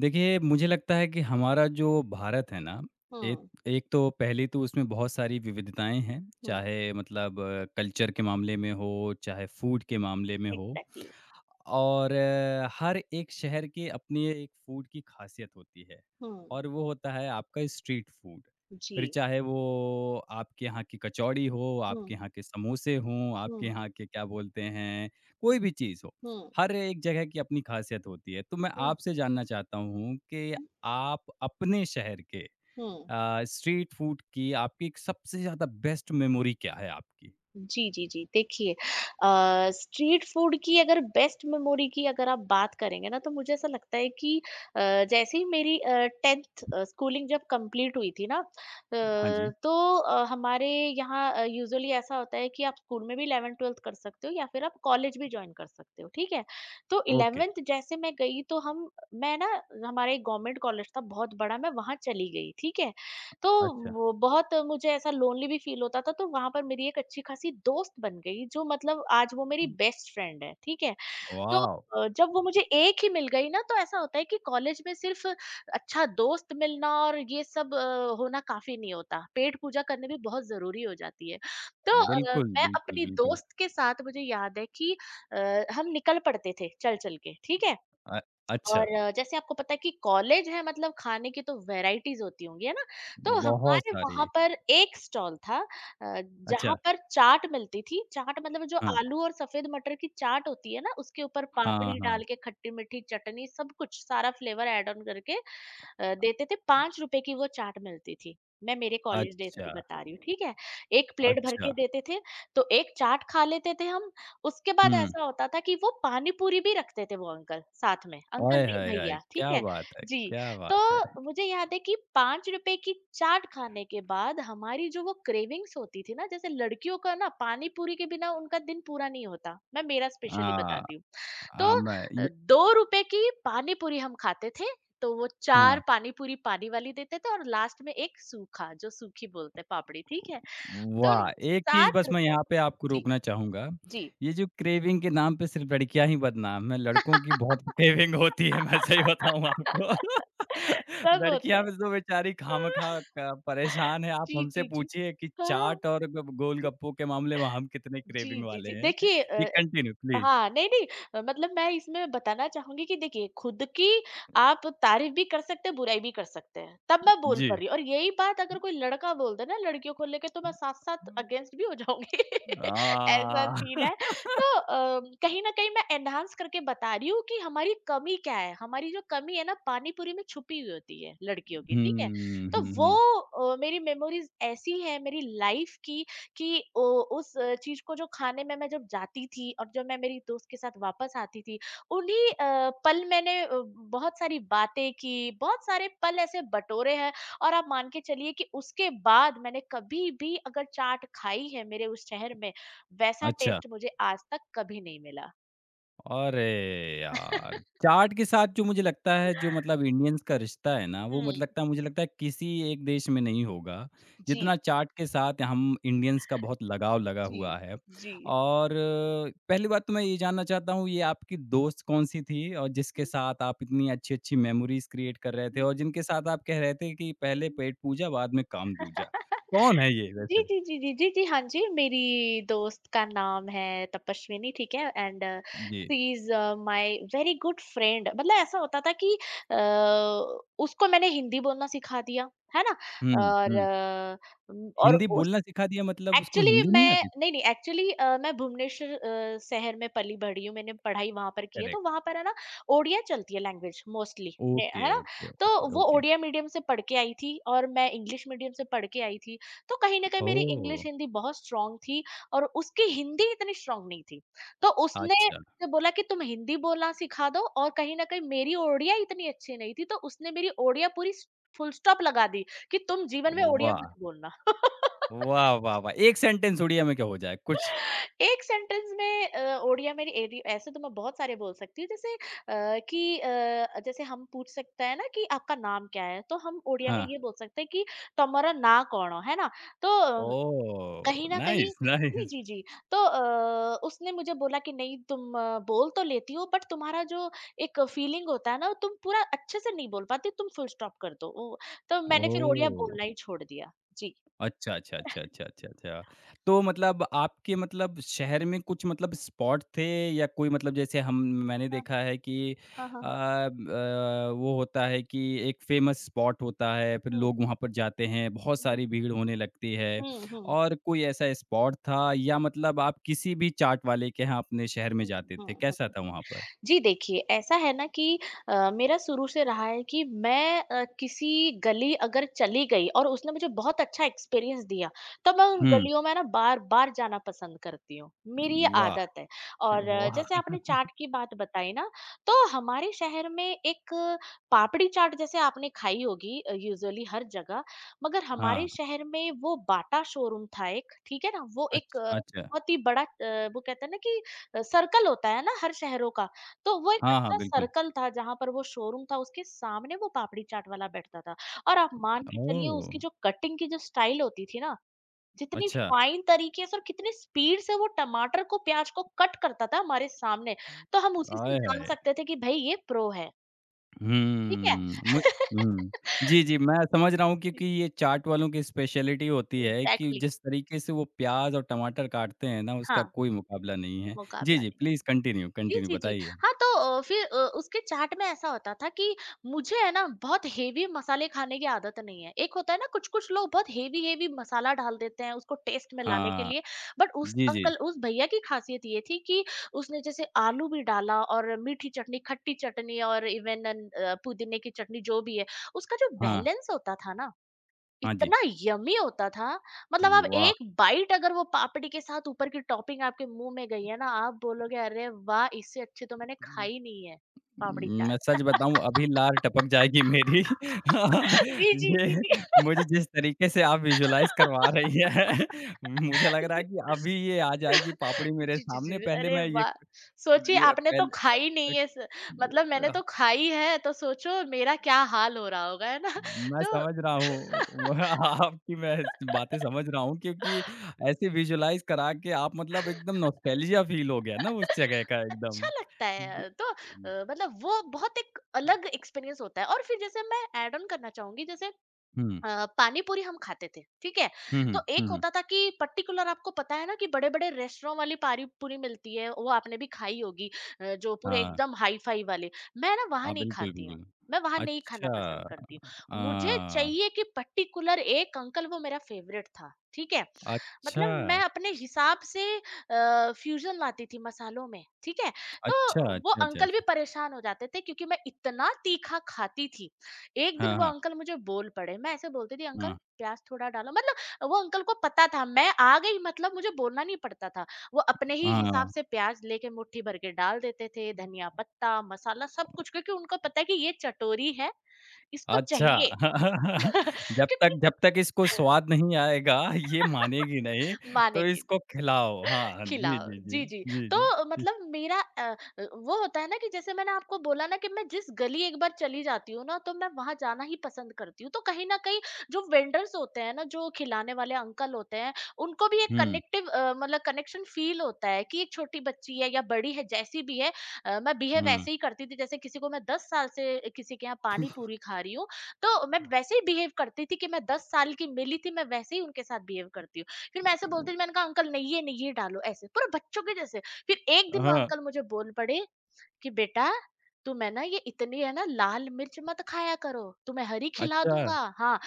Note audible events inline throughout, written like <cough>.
देखिए, मुझे लगता है कि हमारा जो भारत है ना, एक हुँ, एक तो पहली तो उसमें बहुत सारी विविधताएँ हैं, हुँ। चाहे मतलब कल्चर के मामले में हो, चाहे फूड के मामले में हो। एग्ज़ैक्टली। और हर एक शहर के अपनी एक फूड की खासियत होती है हुँ। और वो होता है आपका स्ट्रीट फूड। फिर जी। चाहे वो आपके यहाँ की कचौड़ी हो, हुँ, आपके यहाँ के समोसे हों, आपके हुँ, यहाँ के क्या बोलते हैं, हुँ, कोई भी चीज़ हो। हुँ, हर एक जगह की अपनी खासियत होती है। तो मैं हुँ, आपसे जानना चाहता हूँ कि हुँ, आप अपने शहर के हुँ। स्ट्रीट फूड की आपकी एक सबसे ज़्यादा बेस्ट मेमोरी क्या है आपकी? जी, जी, जी। देखिए, स्ट्रीट फूड की अगर बेस्ट मेमोरी की अगर आप बात करेंगे ना, तो मुझे ऐसा लगता है कि अ, जैसे ही मेरी 10th स्कूलिंग जब कंप्लीट हुई थी ना, हाँ जी। तो हमारे यहाँ यूजुअली ऐसा होता है कि आप स्कूल में भी 11th-12th कर सकते हो या फिर आप कॉलेज भी जॉइन कर सकते हो, ठीक है? तो ओके, 11th जैसे मैं गई तो हम मैं ना, हमारा एक गवर्नमेंट कॉलेज था बहुत बड़ा, मैं वहाँ चली गई, ठीक है? तो अच्छा। वो, बहुत मुझे ऐसा लोनली भी फ़ील होता था, तो वहाँ पर मेरी एक अच्छी-खासी दोस्त बन गई, जो मतलब आज वो मेरी बेस्ट फ्रेंड है, ठीक है? तो वाव! जब वो मुझे एक ही मिल गई ना, तो ऐसा होता है कि कॉलेज में सिर्फ़ अच्छा दोस्त मिलना और ये सब होना काफ़ी नहीं होता, पेट पूजा करनी भी बहुत ज़रूरी हो जाती है। तो बिल्कुल, मैं बिल्कुल, अपनी बिल्कुल। दोस्त के साथ, मुझे याद है कि हम निकल पड़ते थे चल-चल के, ठीक है? अ, अच्छा, और जैसे आपको पता है कि कॉलेज है मतलब खाने की तो वैराइटीज़ होती होंगी, है ना? तो बिल्कुल। बहुत हमारे सारे। वहाँ पर एक स्टॉल था अ, जहाँ अच्छा, पर चाट मिलती थी। चाट मतलब जो हाँ। आलू और सफ़ेद मटर की चाट होती है ना, उसके ऊपर हाँ, पापड़ी हाँ। डाल के खट्टी-मीठी चटनी, सब कुछ, सारा फ्लेवर ऐड ऑन करके देते थे। ₹5 की वो चाट मिलती थी। मैं मेरे कॉलेज डेज़ अच्छा, की बता रही हूँ, ठीक है? 1 प्लेट भर अच्छा। के देते थे, तो 1 चाट खा लेते थे हम। उसके बाद हुँ। ऐसा होता था कि वो पानी पूरी भी रखते थे, वो अंकल साथ में, अंकल ओए नहीं होए होए! भैया, ठीक क्या है? बात है! जी, क्या बात है! तो मुझे याद है कि ₹5 की चाट खाने के बाद हमारी जो वो क्रेविंग्स होती थी ना, जैसे लड़कियों का ना पानी पूरी के बिना उनका दिन पूरा नहीं होता, मैं मेरा स्पेशली हाँ, बताती हूँ। तो हाँ, मैं अ, ये ₹2 की पानी पूरी हम खाते थे, तो वो 4 हाँ। पानी पूरी पानी वाली देते थे और लास्ट में एक सूखा, जो सूखी बोलते हैं पापड़ी, ठीक है? तो वाह! एक चीज़ बस मैं ₹7। यहाँ पे आपको जी, रोकना चाहूँगा। जी। ये जो क्रेविंग के नाम पे सिर्फ़ लड़कियाँ ही बदनाम हैं, लड़कों की बहुत <laughs> क्रेविंग होती है, मैं सही बताऊँ आपको। <laughs> <laughs> सब होते लड़कियाँ भी हैं। तो बेचारी खामखा क <laughs> परेशान हैं। आप जी, हमसे जी, जी। पूछिए कि हाँ, चाट और ग जी, गोलगप्पों के मामले में हम कितने जी, क्रेविंग जी, वाले जी। हैं। देखिए, जी, कंटिन्यू प्लीज़। हाँ, नहीं-नहीं, मतलब मैं इसमें बताना चाहूँगी कि देखिए, खुद की आप तारीफ़ भी कर सकते हैं, बुराई भी कर सकते हैं। तब मैं बोल पा जी। रही हूँ, और यही बात अगर कोई लड़का बोल दे ना लड़कियों को लेके, तो मैं साथ-साथ अगेंस्ट भी हो जाऊँगी। <laughs> ऐसा आ सीन है। <laughs> तो कहीं न कहीं मैं एनहांस करके बता रही हूँ कि हमारी कमी क्या है। हमारी जो कमी है ना, पानी पूरी में छुपी हुई होती है लड़कियों की, हुँ, ठीक है? तो हुँ, वो, हुँ। मेरी मेमोरीज़ ऐसी हैं मेरी लाइफ़ की कि ओ, उस चीज़ को जो खाने में मैं जब जाती थी और जब मैं मेरी दोस्त के साथ वापस आती थी, उन्हीं पल मैंने बहुत सारी बातें की, बहुत सारे पल ऐसे बटोरे हैं और आप मान के चलिए कि उसके बाद मैंने कभी भी अगर चाट खाई है मेरे उस शहर में, वैसा अच्छा। टेस्ट मुझे आज तक कभी नहीं मिला। अरे यार! <laughs> चाट के साथ जो मुझे लगता है जो मतलब इंडियंस का रिश्ता है ना, वो मतलब हुँ। लगता है मुझे लगता है किसी एक देश में नहीं होगा, जितना जी, चाट के साथ हम इंडियंस का बहुत लगाव लगा जी, हुआ है। जी। और पहली बात तो मैं ये जानना चाहता हूँ ये आपकी दोस्त कौन-सी थी? और जिसके हुँ, साथ आप इतनी अच्छी-अच्छी मेमोरीज़ क्रिएट कर रहे थे हुँ, और जिनके साथ आप कह रहे थे कि पहले हुँ। पेट पूजा बाद में काम दूजा। कौन है ये जी, वैसे? जी, जी, जी, जी, जी, हाँ जी, मेरी दोस्त का नाम है तपस्विनी, ठीक है? एंड जी। She is my very good friend. मतलब ऐसा होता था कि अ, उसको मैंने हिंदी बोलना सिखा दिया, है ना? हुँ, और हुँ। उम, और हिंदी उस बोलना सिखा दिया मतलब उसको एक्चुअली हिंदी नहीं मैं आती? नहीं, नहीं एक्चुअली, मैं भुवनेश्वर शहर में पली-बढ़ी हूँ, मैंने पढ़ाई वहाँ पर की है, तो करेक्ट। वहाँ पर है ना, ओडिया चलती है लैंग्वेज मोस्टली ने, ओके, है ना? ओके, तो ओके, वो ओके। ओडिया मीडियम से पढ़ के आई थी और मैं इंग्लिश मीडियम से पढ़ के आई थी, तो कहीं न कहीं मेरी इंग्लिश, ओह! हिंदी बहुत स्ट्रॉन्ग थी और उसकी हिंदी इतनी स्ट्रॉन्ग नहीं थी। तो उसने अच्छा। मुझसे बोला कि तुम हिंदी बोलना सिखा दो, और कहीं न कहीं मेरी ओडिया इतनी अच्छी नहीं थी, तो उसने मेरी ओडिया पूरी स फुल स्टॉप लगा दी कि तुम जीवन में ओडिया वाह! मत बोलना। <laughs> वाह, वाह, वाह! एक सेंटेंस उड़िया में क्या हो जाए कुछ? एक सेंटेंस में ओडिया मेरी एडी, ऐसे तो मैं बहुत सारे बोल सकती हूँ, जैसे कि जैसे हम पूछ सकते हैं ना कि आपका नाम क्या है, तो हम ओडिया हाँ। में ये बोल सकते हैं कि तुम्हारा ना कौन है ना। तो ओह! कहीं ना कहीं, नाइस, जी नाइस। जी जी, तो उसने मुझे बोला कि नहीं तुम बोल तो लेती हो, बट तुम्हारा जो एक फीलिंग होता है ना, तुम पूरा अच्छे से नहीं बोल पाती, तुम फुल स्टॉप कर दो तो मैंने फिर ओडिया ओह! बोलना ही छोड़ दिया। जी। अच्छा, अच्छा, अच्छा, अच्छा, अच्छा, अच्छा। तो मतलब आपके मतलब शहर में कुछ मतलब स्पॉट थे या कोई मतलब जैसे हम मैंने हाँ, देखा है कि हाँ, हाँ, अ, हाँ। ब वो होता है कि एक फ़ेमस स्पॉट होता है, फिर हम्म, लोग वहाँ पर जाते हैं, बहुत हम्म, सारी भीड़ होने लगती है हम्म, हम्म, और कोई ऐसा स्पॉट था या मतलब आप किसी भी चाट वाले के यहाँ अपने शहर में हम्म, जाते हम्म, थे? कैसा था वहाँ पर? जी, देखिए, ऐसा है ना कि मेरा शुरू से रहा है कि मैं किसी गली अगर चली गई और उसने मुझे बहुत अच्छा एक्सपीरियंस दिया, तो मैं उन हुँ। गलियों में ना बार-बार जाना पसंद करती हूँ। मेरी ये वाह! आदत है। और वाह! जैसे आपने चाट की बात बताई ना, तो हमारे शहर में एक पापड़ी चाट जैसे आपने खाई होगी यूजुअली हर जगह, मगर हाँ, हमारे शहर में वो बाटा शोरूम था एक, ठीक है ना? वो एक, अच्छा। बहुत ही बड़ा, वो कहते हैं ना कि सर्कल होता है ना हर शहरों का। तो वो एक हाँ, हाँ, अच्छा बिल्कुल। सर्कल था, जहाँ पर वो शोरूम था, उसके सामने वो पापड़ी चाट वाला बैठता था। और आप मान के चलिए, ओह! उसकी जो कटिंग की जो स्टाइल होती थी ना, जितनी अच्छा। फाइन तरीके से और कितनी स्पीड से वो टमाटर को, प्याज को कट करता था हमारे सामने, तो हम उसी से आय जान हाय! सकते थे कि भाई ये प्रो है, ठीक है। हुँ, मु हुँ। <laughs> जी, जी, मैं समझ रहा हूँ क्योंकि ये चाट वालों की स्पेशलिटी होती है कि एग्जैक्टली exactly। जिस तरीके से वो प्याज़ और टमाटर काटते हैं ना, उसका हाँ, कोई मुकाबला नहीं है। जी, मुकाबला जी, नहीं है। प्लीज़ कंटिन्यू जी, कंटिन्यू जी, जी। बताइए। हाँ, तो फिर उसके चाट में ऐसा होता था कि मुझे है ना बहुत हेवी मसाले खाने की आदत नहीं है। एक होता है ना, कुछ-कुछ लोग बहुत हेवी हेवी मसाला डाल देते हैं उसको टेस्ट में लाने के हाँ, लिए। बट उस जी, जी। अंकल, उस भैया की खासियत ये थी कि उसने जैसे आलू भी डाला, और मीठी चटनी, खट्टी चटनी और इवन पुदीने की चटनी जो भी है, उसका जो हाँ, बैलेंस होता था ना, हाँ जी। इतना यम्मी होता था मतलब, आप वाह! एक बाइट अगर वो पापड़ी के साथ ऊपर की टॉपिंग आपके मुंह में गई है ना, आप बोलोगे अरे वाह, इससे अच्छी तो मैंने खाई नहीं है पापड़ी मैं चाट। सच बताऊँ अभी लार टपक जाएगी मेरी। <laughs> <laughs> जी, जी, ये जी, जी। मुझे जिस तरीके से आप विजुअलाइज़ करवा रही हैं, <laughs> मुझे <laughs> लग रहा है जी, कि अभी ये आ जाएगी पापड़ी मेरे जी, जी, सामने। जी, पहले अरे मैं ये वाह। सोचिए ये आपने तो पहले खाई अ, नहीं है, मतलब मैंने अ, अ, तो खाई है, तो सोचो मेरा क्या हाल हो रहा होगा, है ना। <laughs> मैं तो समझ रहा <laughs> हूँ <laughs> आपकी मैं बातें समझ रहा हूँ क्योंकि ऐसे विजुअलाइज़ करा के आप मतलब एकदम नॉस्टैल्जिया फ़ील हो गया ना उस जगह का एकदम। अच्छा लगता ज है, तो मतलब वो बहुत एक अलग एक्सपीरियंस होता है। और फिर जैसे मैं ऐड ऑन करना चाहूंगी, जैसे हुँ। पानी पूरी हम खाते थे, ठीक है। हुँ, हुँ, तो हुँ, एक हुँ। होता था कि पर्टिकुलर, आपको पता है ना कि बड़े बड़े रेस्टोरेंट वाली पानी पूरी मिलती है, वो आपने भी खाई होगी, जो पूरे हाँ। एकदम हाई फाई वाले। मैं ना वहां हाँ, नहीं बिल्कुल, खाती हूँ। बिल्कुल। मैं वहां नहीं खाना पसंद अच्छा। करती हूँ। मुझे अ, चाहिए कि पर्टिकुलर एक अंकल, वो मेरा फेवरेट था, ठीक है। अच्छा, मतलब मैं अपने हिसाब से फ्यूजन लाती थी मसालों में, ठीक है। अच्छा, तो वो अच्छा, अच्छा, अंकल भी अच्छा। परेशान हो जाते थे, क्योंकि मैं इतना तीखा खाती थी। एक दिन हाँ, वो हाँ, अंकल मुझे बोल पड़े, मैं ऐसे बोलती थी अंकल प्याज़ थोड़ा डालो, मतलब वो अंकल को पता था मैं आ गई, मतलब मुझे बोलना नहीं पड़ता था। वो अपने ही हाँ, हिसाब हाँ। से प्याज़ लेके मुट्ठी भर के डाल देते थे, धनिया पत्ता, मसाला सब कुछ, क्योंकि उनको पता है कि ये चटोरी है, इसको अच्छा। चाहिए। <laughs> <laughs> जब तक इसको क्योंकि स्वाद नहीं आएगा, ये मानेगी नहीं, तो मानेगी। इसको खिलाओ। हाँ, हाँ। जी, खिलाओ। जी, जी। जी, जी। जी, तो जी, जी। मतलब मेरा वो होता है ना कि जैसे मैंने आपको बोला ना कि मैं जिस गली एक बार चली जाती हूँ ना, तो मैं वहाँ जाना ही पसंद करती हूँ। तो कहीं न कहीं जो वेंडर्स होते हैं ना, जो खिलाने वाले अंकल होते हैं, उनको भी एक हुँ, कनेक्टिव मतलब कनेक्शन फ़ील होता है कि एक छोटी बच्ची है या बड़ी है, जैसी भी है। मैं बिहेव हुँ। वैसे ही करती थी जैसे किसी को, मैं 10 साल से किसी के यहाँ पानी-पूरी खा रही हूँ। तो मैं वैसे ही बिहेव करती थी कि मैं 10 साल की मिली थी, मैं वैसे ही उनके साथ बिहेव करती हूँ। फिर मैं ऐसे बोलती थी, मैंने कहा अंकल नहीं ये नहीं, ये डालो, ऐसे पूरा बच्चों के जैसे। फिर एक दिन वो हाँ, अंकल मुझे बोल पड़े कि बेटा, तुम है ना ये इतनी है ना लाल मिर्च मत खाया करो, तुम्हें हरी खिला अच्छा। दूंगा, हाँ।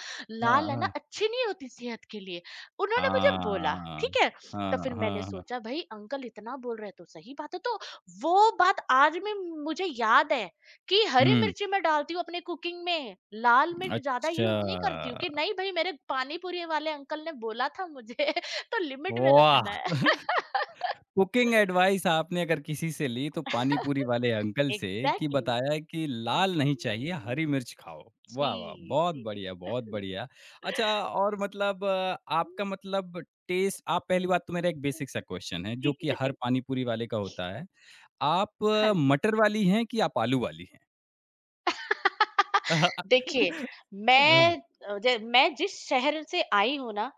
हाँ, लाल है ना हाँ। अच्छी नहीं होती सेहत के लिए, उन्होंने मुझे बोला, हाँ, ठीक है। हाँ, तो फिर मैंने हाँ, हाँ। सोचा भाई अंकल इतना बोल रहे तो सही बात है, तो वो बात आज में मुझे याद है कि हरी हुँ, मिर्ची मैं डालती हूँ अपने कुकिंग में लाल मिर्च ज्यादा अच्छा। यूज नहीं करती हूँ कि नहीं भाई मेरे पानी पूरी वाले अंकल ने बोला था मुझे <laughs> तो लिमिट में वाह! रखना है। <laughs> कुकिंग एडवाइस आपने अगर किसी से ली तो पानी पूरी वाले अंकल <laughs> से कि एग्जैक्टली। बताया कि लाल नहीं चाहिए हरी मिर्च खाओ। जी, वाह, वाह! बहुत जी। बढ़िया, बहुत बढ़िया। अच्छा <laughs> और मतलब आपका मतलब टेस्ट आप पहली बात तो मेरा एक बेसिक सा क्वेश्चन है जी, जो जी, कि जी, हर जी। पानी पूरी वाले का होता है। आप हाँ जी। मटर वाली हैं कि आप आलू वाली हैं? देखिए, <laughs> हाँ, मैं अ, ज मैं जिस शहर से आई हूँ ना,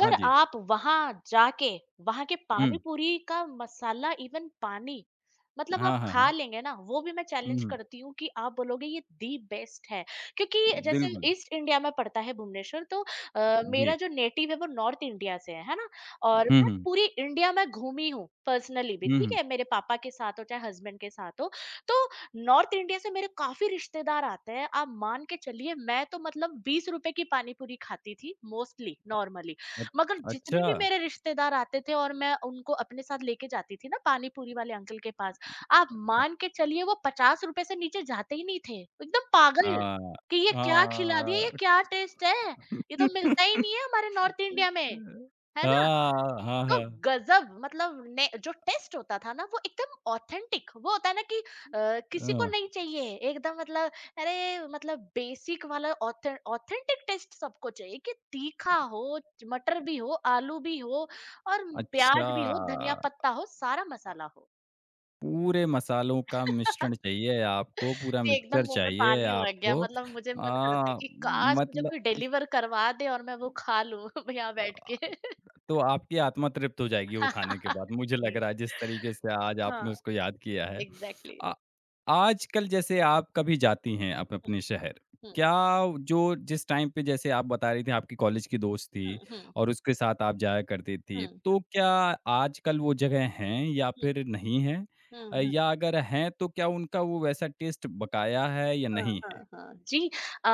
हाँ जी। आप वहाँ जाके, वहाँ के हुँ। पानी पूरी का मसाला इवन पानी, मतलब आप हाँ, हाँ, खा हाँ। लेंगे ना, वो भी मैं हुँ, चैलेंज हुँ। करती हूँ कि आप बोलोगे ये दी बेस्ट है। क्योंकि जैसे बिल्कुल। ईस्ट इंडिया में पड़ता है भुवनेश्वर तो जी। मेरा जो नेटिव है वो नॉर्थ इंडिया से है ना? और हुँ, मैं हुँ। पूरी इंडिया में घूमी हूँ पर्सनली भी, हुँ, ठीक हुँ। है? मेरे पापा के साथ हो चाहे हस्बैंड के साथ हो। तो नॉर्थ इंडिया से मेरे काफ़ी रिश्तेदार आते हैं, आप मान के चलिए मैं तो मतलब ₹20 की पानी पूरी खाती थी मोस्टली, नॉर्मली। अ मगर जितने अच्छा। भी मेरे रिश्तेदार आते थे और मैं उनको अपने साथ लेके जाती थी ना पानी पूरी वाले अंकल के पास, आप मान के चलिए वो ₹50 से नीचे जाते ही नहीं थे, एकदम पागल कि ये क्या खिला दिया, ये क्या टेस्ट है? ये तो मिलता ही ああ、ああ。हाँ, <laughs> नहीं है हमारे नॉर्थ इंडिया में, है ना? हाँ, तो हाँ। गजब मतलब ने जो टेस्ट होता था ना वो एकदम ऑथेंटिक वो होता है ना कि किसी को अ, नहीं चाहिए एकदम मतलब अरे मतलब बेसिक वाला ऑथेंटिक टेस्ट सबको चाहिए कि तीखा हो मटर भी हो आलू भी हो और अच्छा। प्याज भी हो धनिया पत्ता हो सारा अ, मसाला हो। पूरे मसालों का मिश्रण <laughs> चाहिए आपको, पूरा जी, एकदम मिक्सचर मुंह में चाहिए पानी लग गया आपको। मतलब मुझे मन करता है कि काश मुझे मतलब कोई डिलीवर करवा दे और मैं वो खा लूं <laughs> यहाँ बैठ के। तो आपकी आत्मा तृप्त हो जाएगी वो खाने के बाद, <laughs> मुझे लग जी रहा है जिस तरीके से आज हाँ आपने उसको याद किया है। एग्जैक्टली। अ, आजकल जैसे आप कभी जाती हैं आप अपने शहर, क्या जो जिस टाइम पे जैसे आप बता रही थी आपकी कॉलेज की दोस्त थी हुँ, हुँ, और उसके साथ आप जाया करती थी, हुँ, तो क्या आजकल वो जगह हैं या हुँ, फिर नहीं हैं? हुँ, हुँ, या अगर हैं तो क्या उनका वो वैसा टेस्ट बकाया है या हाँ, नहीं है? हाँ, हाँ। जी अ,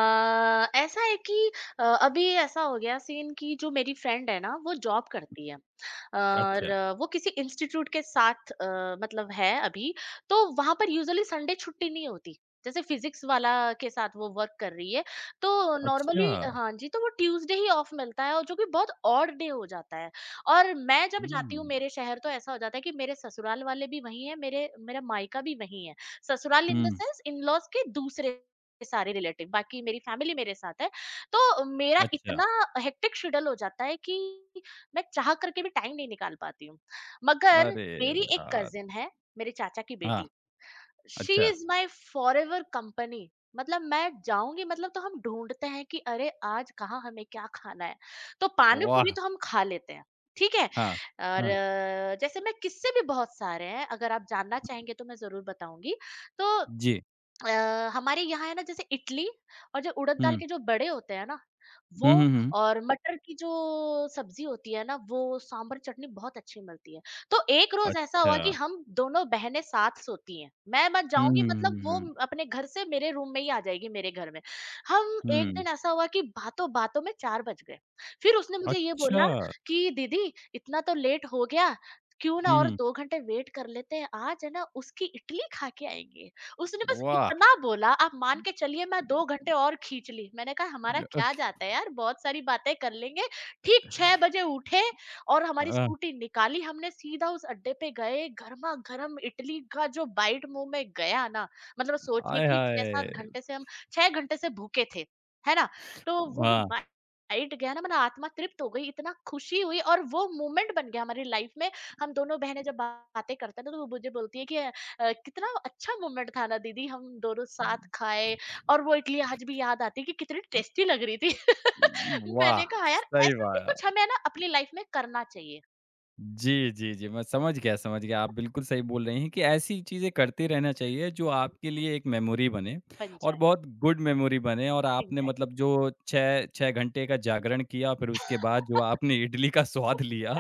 ऐसा है कि अभी ऐसा हो गया सीन कि जो मेरी फ्रेंड है ना, वो जॉब करती है और अच्छा, वो किसी इंस्टीट्यूट के साथ मतलब है अभी, तो वहाँ पर यूजुअली संडे छुट्टी नहीं होती। जैसे फिज़िक्स वाला के साथ वो वर्क कर रही है, तो अच्छा। नॉर्मली हाँ जी, तो वो ट्यूसडे ही ऑफ मिलता है और जो कि बहुत ऑड डे हो जाता है और मैं जब जाती हूँ हुँ, मेरे शहर तो ऐसा हो जाता है कि मेरे ससुराल वाले भी वहीं हैं, मेरे मेरा मायका भी वहीं है। ससुराल in the hmm, sense in-laws के दूसरे सारे रिलेटिव बाकी मेरी फैमिली मेरे साथ है। तो मेरा अच्छा। इतना हेक्टिक शेड्यूल हो जाता है कि मैं चाह करके भी टाइम नहीं निकाल पाती हूँ। मगर अरे मेरी एक यार! कज़िन है, मेरे चाचा की हाँ, बेटी। शी अच्छा। इज माई फॉरएवर कंपनी मतलब मैं जाऊंगी मतलब तो हम ढूंढते हैं कि अरे आज कहाँ हमें क्या खाना है तो पानी पूरी वाह! तो हम खा लेते हैं। ठीक है हाँ, और हाँ, जैसे मैं किस्से भी बहुत सारे हैं अगर आप जानना चाहेंगे तो मैं जरूर बताऊंगी। तो जी। हमारे यहाँ है ना जैसे इडली और जो उड़द दाल हुँ, के जो बड़े होते हैं ना वो हुँ, हुँ, जी। हुँ। और मटर की जो सब्जी होती है ना वो सांभर चटनी बहुत अच्छी मिलती है। तो एक रोज़ ऐसा अच्छा। हुआ कि हम दोनों बहनें साथ सोती हैं। मैं मत हुँ, जाऊँगी हुँ, मतलब वो हुँ, अपने घर से मेरे रूम में ही आ जाएगी मेरे घर में। हम हुँ, एक हुँ। दिन ऐसा हुआ कि बातों-बातों में 4 बज गए। फिर उसने मुझे ये अच्छा! बोला कि दीदी इतना तो लेट हो गया क्यों ना हुँ, और हुँ। 2 घंटे वेट कर लेते हैं आज है ना उसकी इडली खा के आएँगे। उसने बस वाह! इतना बोला, आप मान के चलिए मैं 2 घंटे और खींच ली। मैंने कहा हमारा क्या ओके जाता है यार, बहुत सारी बातें कर लेंगे। ठीक 6 बजे उठे और हमारी अ, स्कूटी निकाली हमने सीधा उस अड्डे पे गए, गरमा-गरम इडली का जो बाइट मुँह में गया ना, मतलब सोचिए आय कि 6-7 हाय! घंटे से हम 6 घंटे से भूखे थे, है ना? तो वो जो वाह! बा इट गया ना मेरा आत्मा तृप्त हो गई, इतना खुशी हुई और वो मोमेंट बन गया हमारी लाइफ में। हम दोनों बहनें जब बातें करते हैं ना तो वो मुझे बोलती है कि कितना अच्छा मोमेंट था ना दीदी हम दोनों साथ खाए और वो इडली आज भी याद आती है कि कितनी टेस्टी लग रही थी। <laughs> वाह! मैंने कहा यार सही ऐसा भी बात। कुछ हमें ना अपनी लाइफ में करना चाहिए जी, जी, जी, मैं समझ गया, समझ गया। आप बिल्कुल सही बोल रही हैं कि ऐसी चीज़ें करते रहना चाहिए जो आपके लिए एक मेमोरी बने बन और जाए बहुत गुड मेमोरी बने और आपने एग्जैक्टली मतलब जो 6, 6 घंटे का जागरण किया फिर उसके बाद जो आपने इडली का स्वाद लिया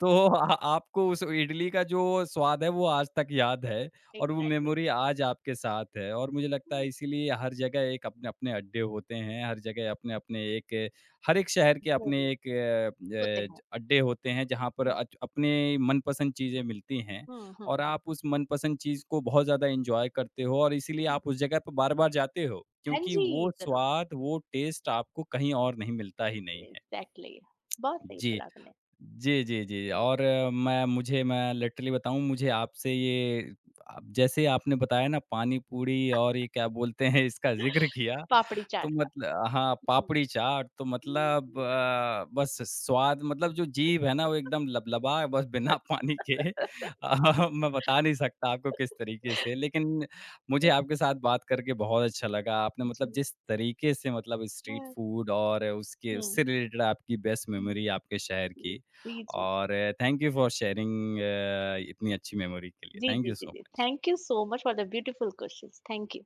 तो आ आपको उस इडली का जो स्वाद है वो आज तक याद है और वो एग्जैक्टली। मेमोरी आज आपके साथ है और मुझे लगता है <laughs> इसीलिए हर जगह एक अपने-अपने अड्डे होते हैं, हर जगह अपने-अपने एक हर एक शहर के अपने जरूर एक अ, होते अ, हैं ज अड्डे होते हैं जहाँ पर हम्म अच अपने मनपसंद चीज़ें मिलती हैं हम्म और हम्म हम्म, आप उस मनपसंद चीज़ को बहुत ज़्यादा एन्जॉय करते हो और इसीलिए हम्म। आप उस जगह पर बार-बार जाते हो हाँ क्योंकि जी वो जरूर स्वाद, वो टेस्ट आपको कहीं और नहीं मिलता ही नहीं है। एग्जैक्टली बहुत सही जी। बोला आपने जी, जी, जी। हम्म। और मैं लिटरली बताऊँ मुझे आपसे ये आप जैसे आपने बताया ना पानी पूरी और ये क्या बोलते हैं इसका ज़िक्र किया, पापड़ी तो चाट का मतलब हाँ, हम्म, पापड़ी चाट तो मतलब हम्म। बस स्वाद मतलब जो जीभ है ना वो एकदम लबलबा है, बस बिना पानी के <laughs> <laughs> मैं बता नहीं सकता आपको किस तरीके से। लेकिन मुझे आपके साथ बात करके बहुत अच्छा लगा। आपने मतलब जी जिस तरीके से मतलब स्ट्रीट हाँ, फूड और उसके हम्म, उससे रिलेटेड आपकी बेस्ट हम्म, मेमोरी आपके शहर की जी जी। और थैंक यू फॉर शेयरिंग इतनी अच्छी मेमोरी के लिए। Ji thank ji you ji so ji. Much. Thank you so much for the beautiful questions. Thank you.